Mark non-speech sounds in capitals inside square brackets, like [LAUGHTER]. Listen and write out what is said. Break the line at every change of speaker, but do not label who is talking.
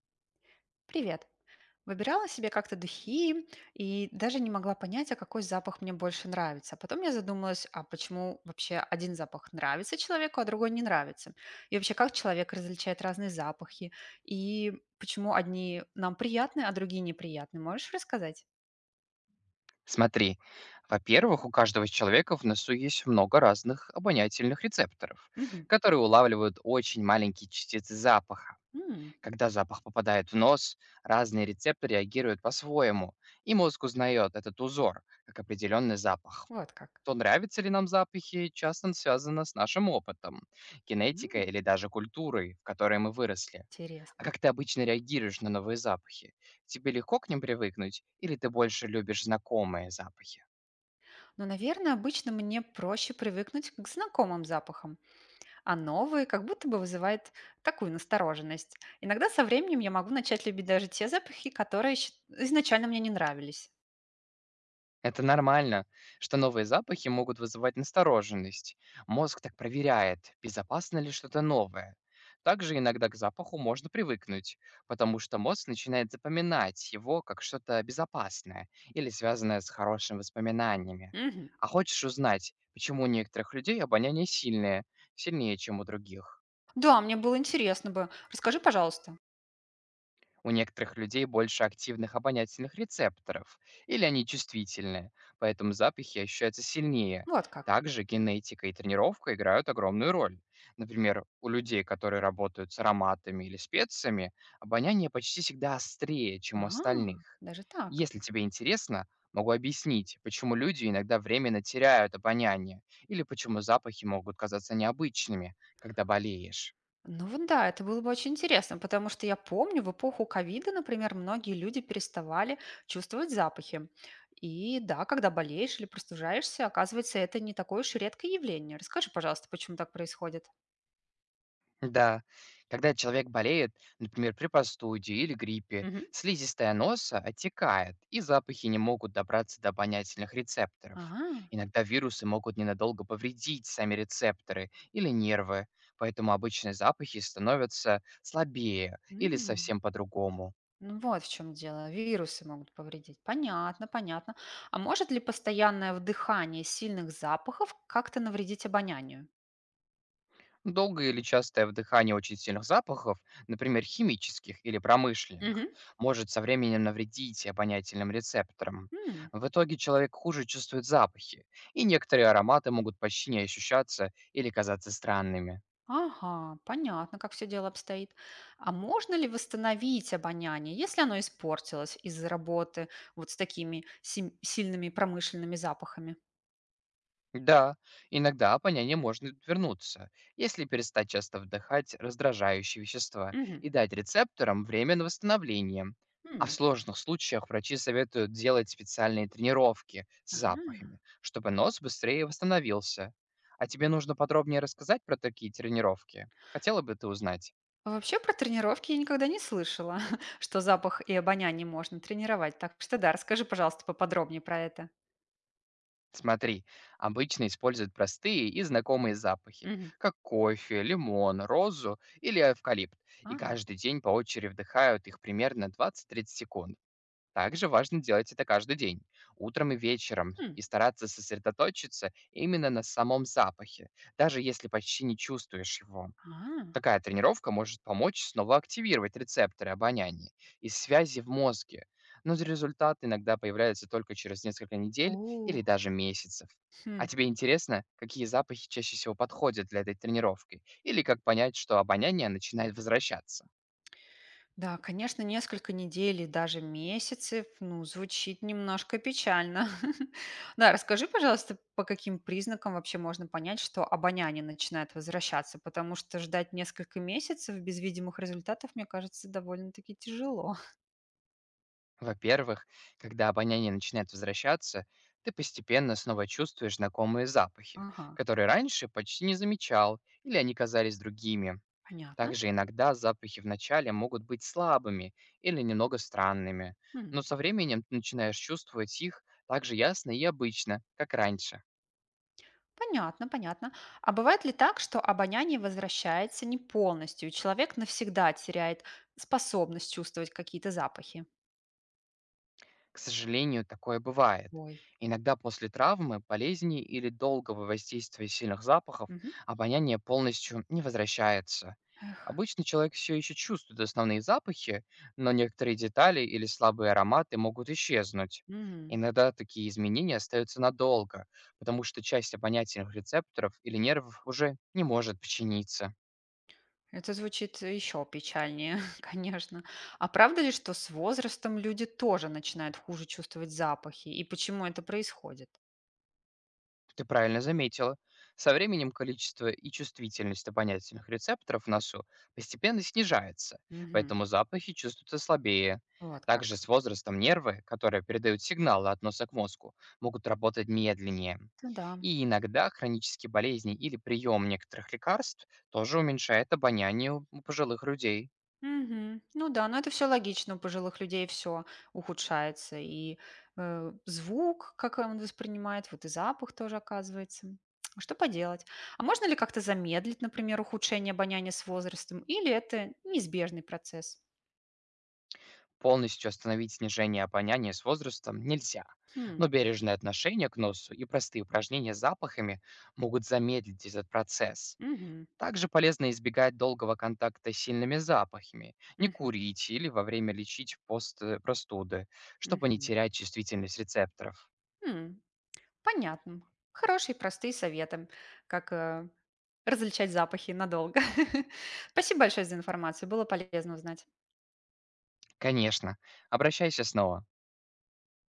Привет. Выбирала себе как-то духи и даже не могла понять, а какой запах мне больше нравится. Потом я задумалась, а почему вообще один запах нравится человеку, а другой не нравится? И вообще, как человек различает разные запахи? И Почему одни нам приятны, а другие неприятны? Можешь рассказать?
Смотри, во-первых, у каждого человека в носу есть много разных обонятельных рецепторов,
Мгм.
которые улавливают очень маленькие частицы запаха.
М,
Когда запах попадает в нос, разные рецепторы реагируют по-своему, и мозг узнает этот узор как определенный запах.
Вот как.
То нравятся ли нам запахи, часто связано с нашим опытом, генетикой
М,
или даже культурой, в которой мы выросли. А
Интересно.
как ты обычно реагируешь на новые запахи? Тебе легко к ним привыкнуть или ты больше любишь знакомые запахи?
Но, наверное, обычно мне проще привыкнуть к знакомым запахам. А новые как будто бы вызывает такую настороженность. Иногда со временем я могу начать любить даже те запахи, которые изначально мне не нравились.
Это нормально, что новые запахи могут вызывать настороженность. Мозг так проверяет, безопасно ли что-то новое. Также иногда к запаху можно привыкнуть, потому что мозг начинает запоминать его как что-то безопасное или связанное с хорошими воспоминаниями.
Мгм.
А хочешь узнать, почему у некоторых людей обоняние сильное, сильнее, чем у других?
Да, мне было интересно бы. Расскажи, пожалуйста.
У некоторых людей больше активных обонятельных рецепторов, или они чувствительны, поэтому запахи ощущаются сильнее.
Вот как.
Также генетика и тренировка играют огромную роль. Например, у людей, которые работают с ароматами или специями, обоняние почти всегда острее,
А,
чем у остальных.
даже так.
Если тебе интересно, могу объяснить, почему люди иногда временно теряют обоняние или почему запахи могут казаться необычными, когда болеешь.
Ну вот да, это было бы очень интересно, потому что я помню, в эпоху ковида, например, многие люди переставали чувствовать запахи. И да, когда болеешь или простужаешься, оказывается, это не такое уж и редкое явление. Расскажи, пожалуйста, почему так происходит.
Да, когда человек болеет, например, при простуде или гриппе,
Мгм.
слизистая носа отекает, и запахи не могут добраться до обонятельных рецепторов.
Ага.
Иногда вирусы могут ненадолго повредить сами рецепторы или нервы, поэтому обычные запахи становятся слабее или
М,
совсем по-другому.
ну вот в чем дело. Вирусы могут повредить. Понятно, понятно. А может ли постоянное вдыхание сильных запахов как-то навредить обонянию?
Долгое или частое вдыхание очень сильных запахов, например, химических или
Мгм.
промышленных, может со временем навредить обонятельным рецепторам.
М.
В итоге человек хуже чувствует запахи, и некоторые ароматы могут почти не ощущаться или казаться странными.
Ага, понятно, как все дело обстоит. А можно ли восстановить обоняние, если оно испортилось из-за работы вот с такими сильными промышленными запахами?
Да, иногда опоняние может вернуться, если перестать часто вдыхать раздражающие вещества
Мгм.
и дать рецепторам время на восстановление. А в
М.
сложных случаях врачи советуют делать специальные тренировки с
Ага.
запахами, чтобы нос быстрее восстановился. А тебе нужно подробнее рассказать про такие тренировки? Хотела бы ты узнать?
Вообще про тренировки я никогда не слышала, [LAUGHS] что запах и обоняние можно тренировать. Так что да, расскажи, пожалуйста, поподробнее про это.
Смотри, обычно используют простые и знакомые запахи,
Мгм.
как кофе, лимон, розу или эвкалипт, и
Ага.
каждый день по очереди вдыхают их примерно 20-30 секунд. Также важно делать это каждый день, утром и вечером,
Хм.
и стараться сосредоточиться именно на самом запахе, даже если почти не чувствуешь его.
А.
Такая тренировка может помочь снова активировать рецепторы обоняния и связи в мозге, но результат иногда появляется только через несколько недель
У.
или даже месяцев.
Хм.
А тебе интересно, какие запахи чаще всего подходят для этой тренировки? Или как понять, что обоняние начинает возвращаться?
Да, конечно, несколько недель и даже месяцев, ну, звучит немножко печально. [LAUGHS] Да, расскажи, пожалуйста, по каким признакам вообще можно понять, что обоняние начинает возвращаться, потому что ждать несколько месяцев без видимых результатов, мне кажется, довольно-таки тяжело.
Во-первых, когда обоняние начинает возвращаться, ты постепенно снова чувствуешь знакомые запахи,
Ага,
которые раньше почти не замечал или они казались другими.
понятно.
Также иногда запахи вначале могут быть слабыми или немного странными,
М.
но со временем ты начинаешь чувствовать их так же ясно и обычно, как раньше.
Понятно, понятно. А бывает ли так, что обоняние возвращается не полностью, и человек навсегда теряет способность чувствовать какие-то запахи?
К сожалению, такое бывает.
Ой.
Иногда после травмы, болезни или долгого воздействия сильных запахов
Мгм.
обоняние полностью не возвращается.
Эх.
Обычно человек все еще чувствует основные запахи, но некоторые детали или слабые ароматы могут исчезнуть.
М.
Иногда такие изменения остаются надолго, потому что часть обонятельных рецепторов или нервов уже не может починиться.
Это звучит еще печальнее, [LAUGHS] конечно. А правда ли, что с возрастом люди тоже начинают хуже чувствовать запахи? И почему это происходит?
Ты правильно заметила. Со временем количество и чувствительность обонятельных рецепторов в носу постепенно снижается,
Мгм.
поэтому запахи чувствуются слабее.
Вот
Также
как.
с возрастом нервы, которые передают сигналы от носа к мозгу, могут работать медленнее.
Ну да.
И иногда хронические болезни или прием некоторых лекарств тоже уменьшает обоняние у пожилых людей.
Мгм. Ну да, но это все логично. У пожилых людей все ухудшается. Звук, как он воспринимает, вот и запах тоже, оказывается. [TSK] Что поделать? А можно ли как-то замедлить, например, ухудшение обоняния с возрастом, или это неизбежный процесс?
Полностью остановить снижение опоняния с возрастом нельзя,
Хм.
но бережное отношение к носу и простые упражнения с запахами могут замедлить этот процесс.
Мгм.
Также полезно избегать долгого контакта с сильными запахами, не
Мгм.
курить или во время лечить простуды, чтобы не
Мгм.
терять чувствительность рецепторов.
М. Понятно. Хорошие, простые советы, как различать запахи надолго. [LAUGHS] Спасибо большое за информацию. Было полезно узнать.
Конечно, обращайся снова.